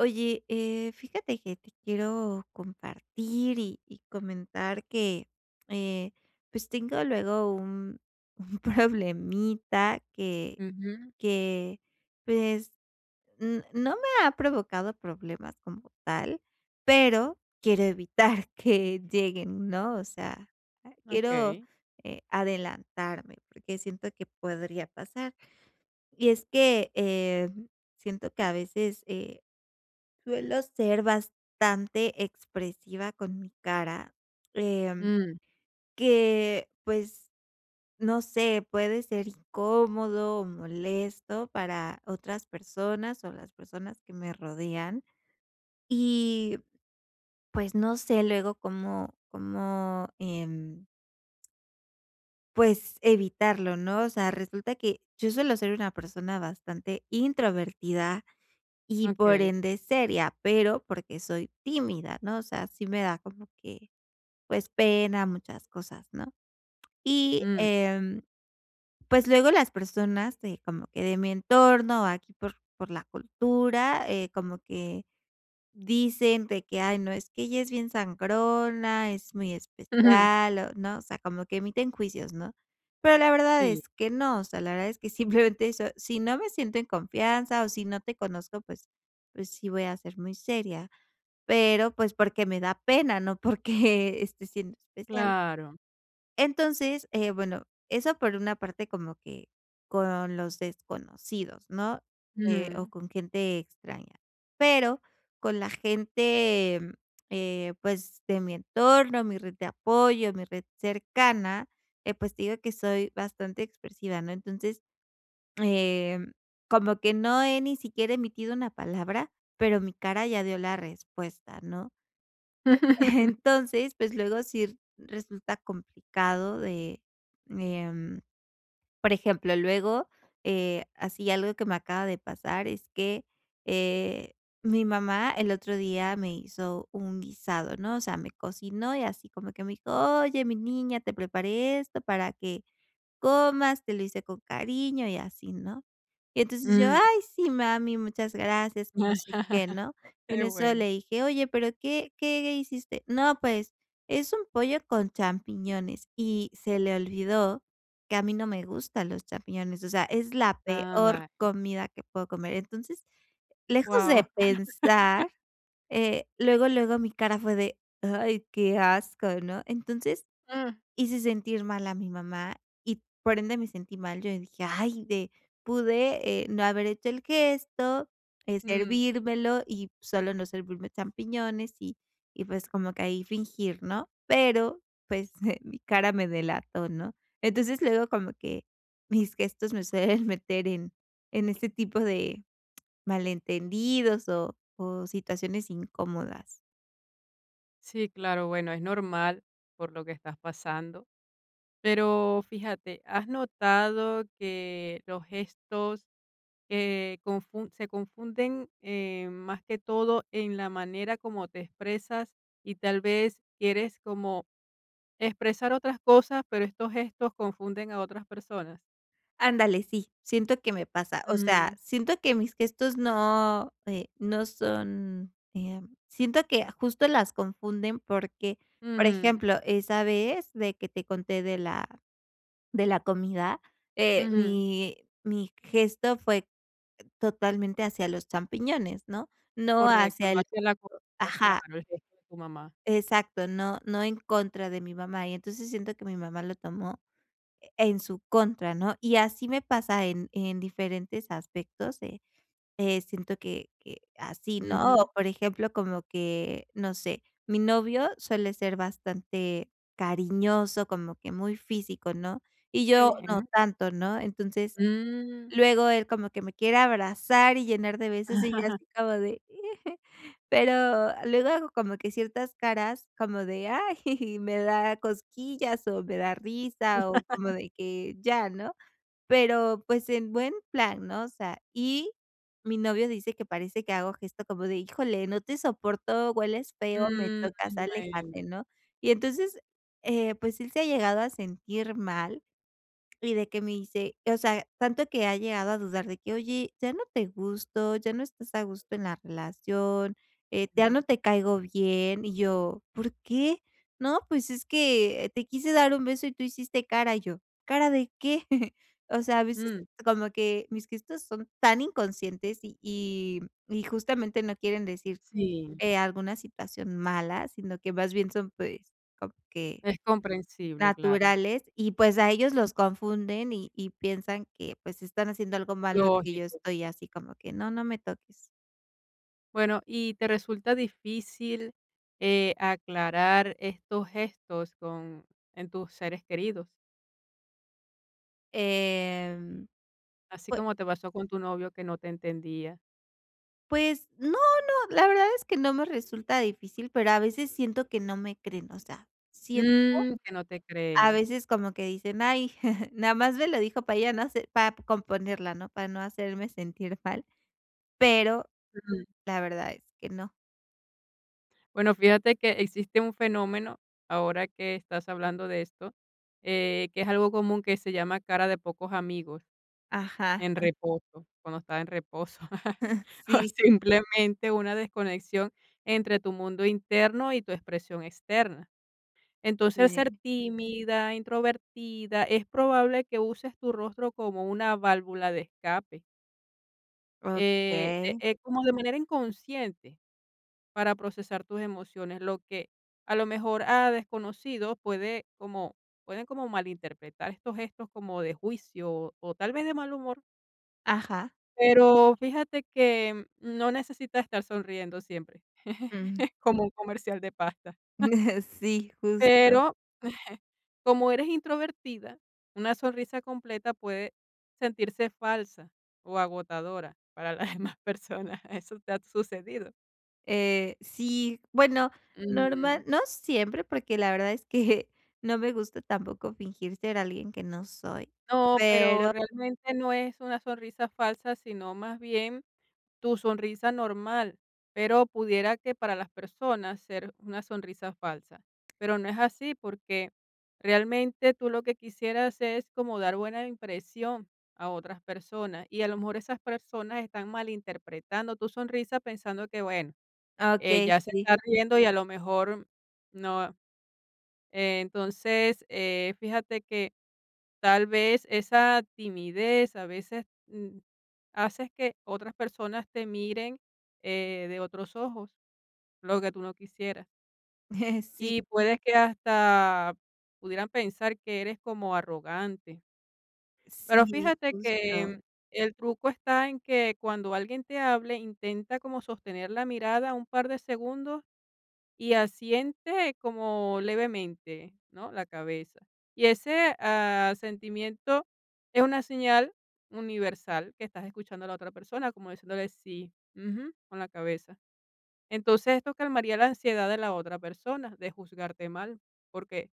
Oye, fíjate que te quiero compartir y comentar que eh, pues tengo luego un problemita Ujú, que pues no me ha provocado problemas como tal, pero quiero evitar que lleguen, ¿no? O sea, quiero okey. Adelantarme porque siento que podría pasar. Y es que siento que a veces suelo ser bastante expresiva con mi cara, em, Mm, que, pues, no sé, puede ser incómodo o molesto para otras personas o las personas que me rodean. Y, pues, no sé luego cómo, pues, evitarlo, ¿no? O sea, resulta que yo suelo ser una persona bastante introvertida y, por okey. ende, seria, pero porque soy tímida, ¿no? O sea, sí me da como que pues, pena, muchas cosas, ¿no? Y, Mm. Pues, luego las personas de como que de mi entorno, aquí por la cultura, como que dicen de que: "Ay, no, es que ella es bien sangrona, es muy especial", o ¿no? O sea, como que emiten juicios, ¿no? Pero la verdad Sí, es que no, o sea, la verdad es que simplemente eso, si no me siento en confianza o si no te conozco, pues pues sí voy a ser muy seria, pero, pues, porque me da pena, no porque esté siendo especial. claro. Entonces, bueno, eso por una parte como que con los desconocidos, ¿no? O Ujú. con gente extraña. Pero con la gente, pues, de mi entorno, mi red de apoyo, mi red cercana, pues, te digo que soy bastante expresiva, ¿no? Entonces, em, como que no he ni siquiera emitido una palabra, pero mi cara ya dio la respuesta, ¿no? Entonces, pues, luego sí resulta complicado de, em, por ejemplo, luego, así algo que me acaba de pasar es que, eh, mi mamá el otro día me hizo un guisado, ¿no? O sea, me cocinó y así como que me dijo: "Oye, mi niña, te preparé esto para que comas, te lo hice con cariño y así, ¿no? Y entonces yo: Mm. "Ay, sí, mami, muchas gracias", que no sé qué, ¿no? Y en Qué eso bueno. le dije: "Oye, pero ¿qué hiciste?". "No, pues, es un pollo con champiñones", y se le olvidó que a mí no me gustan los champiñones, o sea, es la peor Ay, comida que puedo comer. Entonces, lejos de guau. pensar, luego, luego mi cara fue de: "Ay, qué asco", ¿no? Entonces hice sentir mal a mi mamá y por ende me sentí mal. Yo dije: "Ay, de pude, no haber hecho el gesto, Mm, servírmelo y solo no servirme champiñones", y pues como que ahí fingir, ¿no? Pero, pues, mi cara me delató, ¿no? Entonces, luego como que mis gestos me suelen meter en este tipo de malentendidos o situaciones incómodas. sí, claro, bueno, es normal por lo que estás pasando. Pero fíjate, ¿has notado que los gestos que confun se confunden, más que todo en la manera como te expresas y tal vez quieres como expresar otras cosas, pero estos gestos confunden a otras personas? Ándale, sí, siento que me pasa. O sea, Ujú, siento que mis gestos no, no son, siento que justo las confunden porque, por ujú, ejemplo, esa vez de que te conté de la comida, eh, ujú, mi mi gesto fue totalmente hacia los champiñones, ¿no? No correcto, hacia no el hacia la comida, ajá, claro, el gesto de tu mamá. exacto, no no en contra de mi mamá. Y entonces siento que mi mamá lo tomó en su contra, ¿no? Y así me pasa en diferentes aspectos, siento que así, ¿no? Ujú, O, por ejemplo, como que, no sé, mi novio suele ser bastante cariñoso, como que muy físico, ¿no? Y qué yo no bien. tanto, ¿no? Entonces Mm. luego él como que me quiere abrazar y llenar de besos y yo así como de pero luego hago como que ciertas caras como de, ay, me da cosquillas o me da risa o como de que ya, ¿no? Pero pues en buen plan, ¿no? O sea, y mi novio dice que parece que hago gesto como de, híjole, no te soporto, hueles feo, me Mm, tocas, bueno, aléjate, ¿no? Y entonces, pues él se ha llegado a sentir mal y de que me dice, o sea, tanto que ha llegado a dudar de que: "Oye, ya no te gusto, ya no estás a gusto en la relación, ya ujú, no te caigo bien". Y yo: "¿Por qué?". "No, pues es que te quise dar un beso y tú hiciste cara". Y yo: "¿Cara de qué?". O sea, a veces mm, como que mis gestos son tan inconscientes y justamente no quieren decir, sí, alguna situación mala, sino que más bien son, pues, como que es comprensible, claro. naturales, y pues a ellos Ujú, los confunden y piensan que, pues, están haciendo algo malo, y que yo lógico. estoy así como que: "No, no me toques". Bueno, ¿y te resulta difícil, aclarar estos gestos con en tus seres queridos? Em, Así pue como te pasó con tu novio que no te entendía. pues no, no, la verdad es que no me resulta difícil, pero a veces siento que no me creen, o sea, sien Mm, que no te a creen. veces como que dicen: "Ay, nada más me lo dijo para ya no hacer para componerla, ¿no?, para no hacerme sentir mal", pero Ujú. la verdad es que no. Bueno, fíjate que existe un fenómeno, ahora que estás hablando de esto, que es algo común, que se llama cara de pocos amigos Ajá, en reposo, cuando está en reposo, o sí, simplemente una desconexión entre tu mundo interno y tu expresión externa. Entonces, al ser sí. tímida, introvertida, es probable que uses tu rostro como una válvula de escape, Okey. Como de manera inconsciente, para procesar tus emociones, lo que a lo mejor a desconocidos pueden como malinterpretar estos gestos como de juicio o tal vez de mal humor, Ajá. pero fíjate que no necesitas estar sonriendo siempre, Ujú. como un comercial de pasta. Sí, justo. Pero como eres introvertida, una sonrisa completa puede sentirse falsa o agotadora para las demás personas. ¿Eso te ha sucedido? Sí, bueno, normal, Mm. no siempre, porque la verdad es que no me gusta tampoco fingir ser alguien que no soy. No, pero Pero, realmente no es una sonrisa falsa, sino más bien tu sonrisa normal, pero pudiera que para las personas ser una sonrisa falsa, pero no es así porque realmente tú lo que quisieras es como dar buena impresión a otras personas, y a lo mejor esas personas están malinterpretando tu sonrisa pensando que, bueno, okey, ella se sí, está riendo, y a lo mejor no. Entonces, fíjate que tal vez esa timidez a veces, haces que otras personas te miren, de otros ojos, lo que tú no quisieras. sí, Y puedes que hasta pudieran pensar que eres como arrogante. Pero sí, fíjate justo, que el truco está en que cuando alguien te hable, intenta como sostener la mirada un par de segundos y asiente como levemente, ¿no?, la cabeza. Y ese sentimiento es una señal universal que estás escuchando a la otra persona, como diciéndole sí, ujú, con la cabeza. Entonces esto calmaría la ansiedad de la otra persona, de juzgarte mal, porque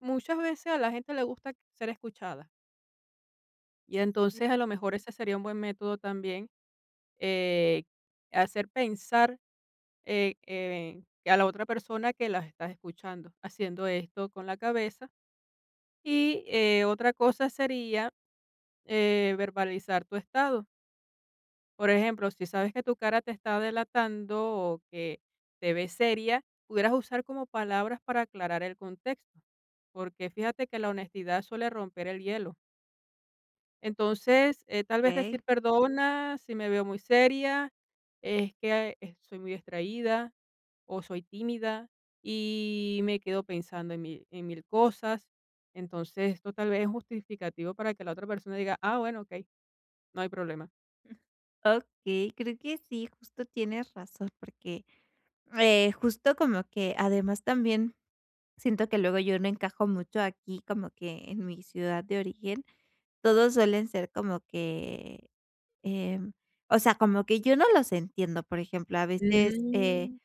muchas veces a la gente le gusta ser escuchada. Y entonces a lo mejor ese sería un buen método también, eh, hacer pensar a la otra persona que las estás escuchando, haciendo esto con la cabeza. Y otra cosa sería verbalizar tu estado. Por ejemplo, si sabes que tu cara te está delatando o que te ves seria, pudieras usar como palabras para aclarar el contexto, porque fíjate que la honestidad suele romper el hielo. Entonces, tal vez okey, decir: perdona si me veo muy seria, es que soy muy distraída o soy tímida y me quedo pensando en mil cosas. Entonces, esto tal vez es justificativo para que la otra persona diga: ah, bueno, ok, no hay problema. okey, creo que sí, justo tienes razón, porque, justo como que además también siento que luego yo no encajo mucho aquí, como que en mi ciudad de origen, todos suelen ser como que Em, o sea, como que yo no los entiendo, por ejemplo, a veces, Mm,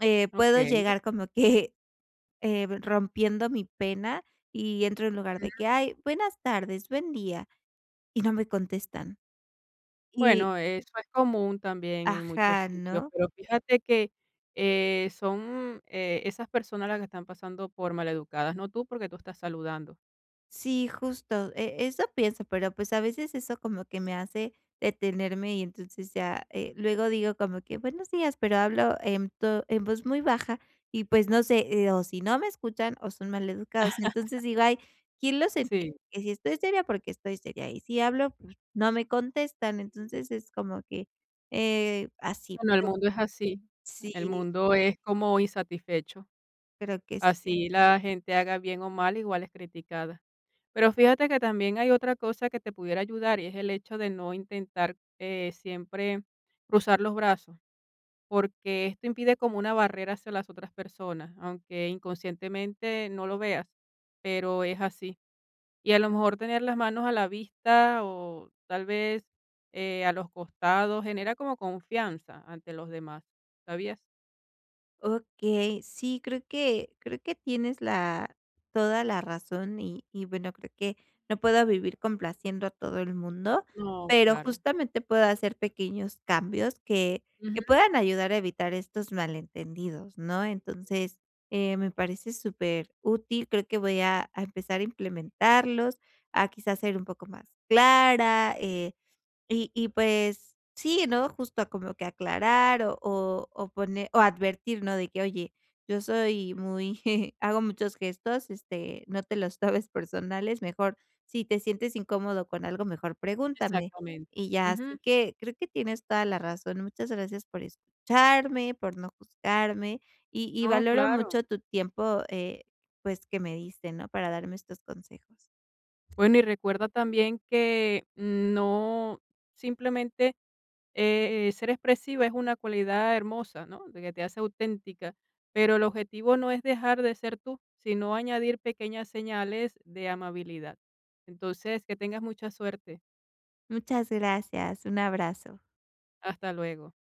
ok. puedo llegar como que, rompiendo mi pena y entro en lugar de que: "Ay, buenas tardes, buen día", y no me contestan. Y Bueno, eso es común también en muchos ajá, sitios, ¿no? pero fíjate que son esas personas las que están pasando por maleducadas, no tú, porque tú estás saludando. Sí, justo, eso pienso, pero, pues, a veces eso como que me hace detenerme y entonces ya, luego digo como que: "Buenos días", pero hablo en voz muy baja y, pues, no sé, o si no me escuchan o son maleducados. Entonces digo: "Ay, ¿quién los entiende?". Sí. Que si estoy seria, porque estoy seria, y si hablo, pues, no me contestan. Entonces es como que, así. Bueno, el mundo es así. El Sí, mundo es como insatisfecho. creo que sí. Así la gente haga bien o mal, igual es criticada. Pero fíjate que también hay otra cosa que te pudiera ayudar, y es el hecho de no intentar siempre cruzar los brazos, porque esto impide como una barrera hacia las otras personas, aunque inconscientemente no lo veas, pero es así. Y a lo mejor tener las manos a la vista o tal vez, a los costados, genera como confianza ante los demás, ¿sabías? Okey, sí, creo que tienes la toda la razón y bueno, creo que no puedo vivir complaciendo a todo el mundo, No, pero claro. justamente puedo hacer pequeños cambios que Ujú, puedan ayudar a evitar estos malentendidos, ¿no? Entonces, me parece súper útil, creo que voy a empezar a implementarlos, a quizás ser un poco más clara, y pues sí, ¿no? Justo a como que aclarar o poner o advertir, ¿no? De que: "Oye, yo soy muy hago muchos gestos, este, no te los tomes personales, mejor si te sientes incómodo con algo, mejor pregúntame". exactamente. Y ya, así Ujú. que creo que tienes toda la razón. Muchas gracias por escucharme, por no juzgarme y No, valoro claro. mucho tu tiempo, pues, que me diste, ¿no? Para darme estos consejos. Bueno, y recuerda también que no simplemente, ser expresiva es una cualidad hermosa, ¿no?, de que te hace auténtica, pero el objetivo no es dejar de ser tú, sino añadir pequeñas señales de amabilidad. Entonces, que tengas mucha suerte. Muchas gracias. Un abrazo. Hasta luego.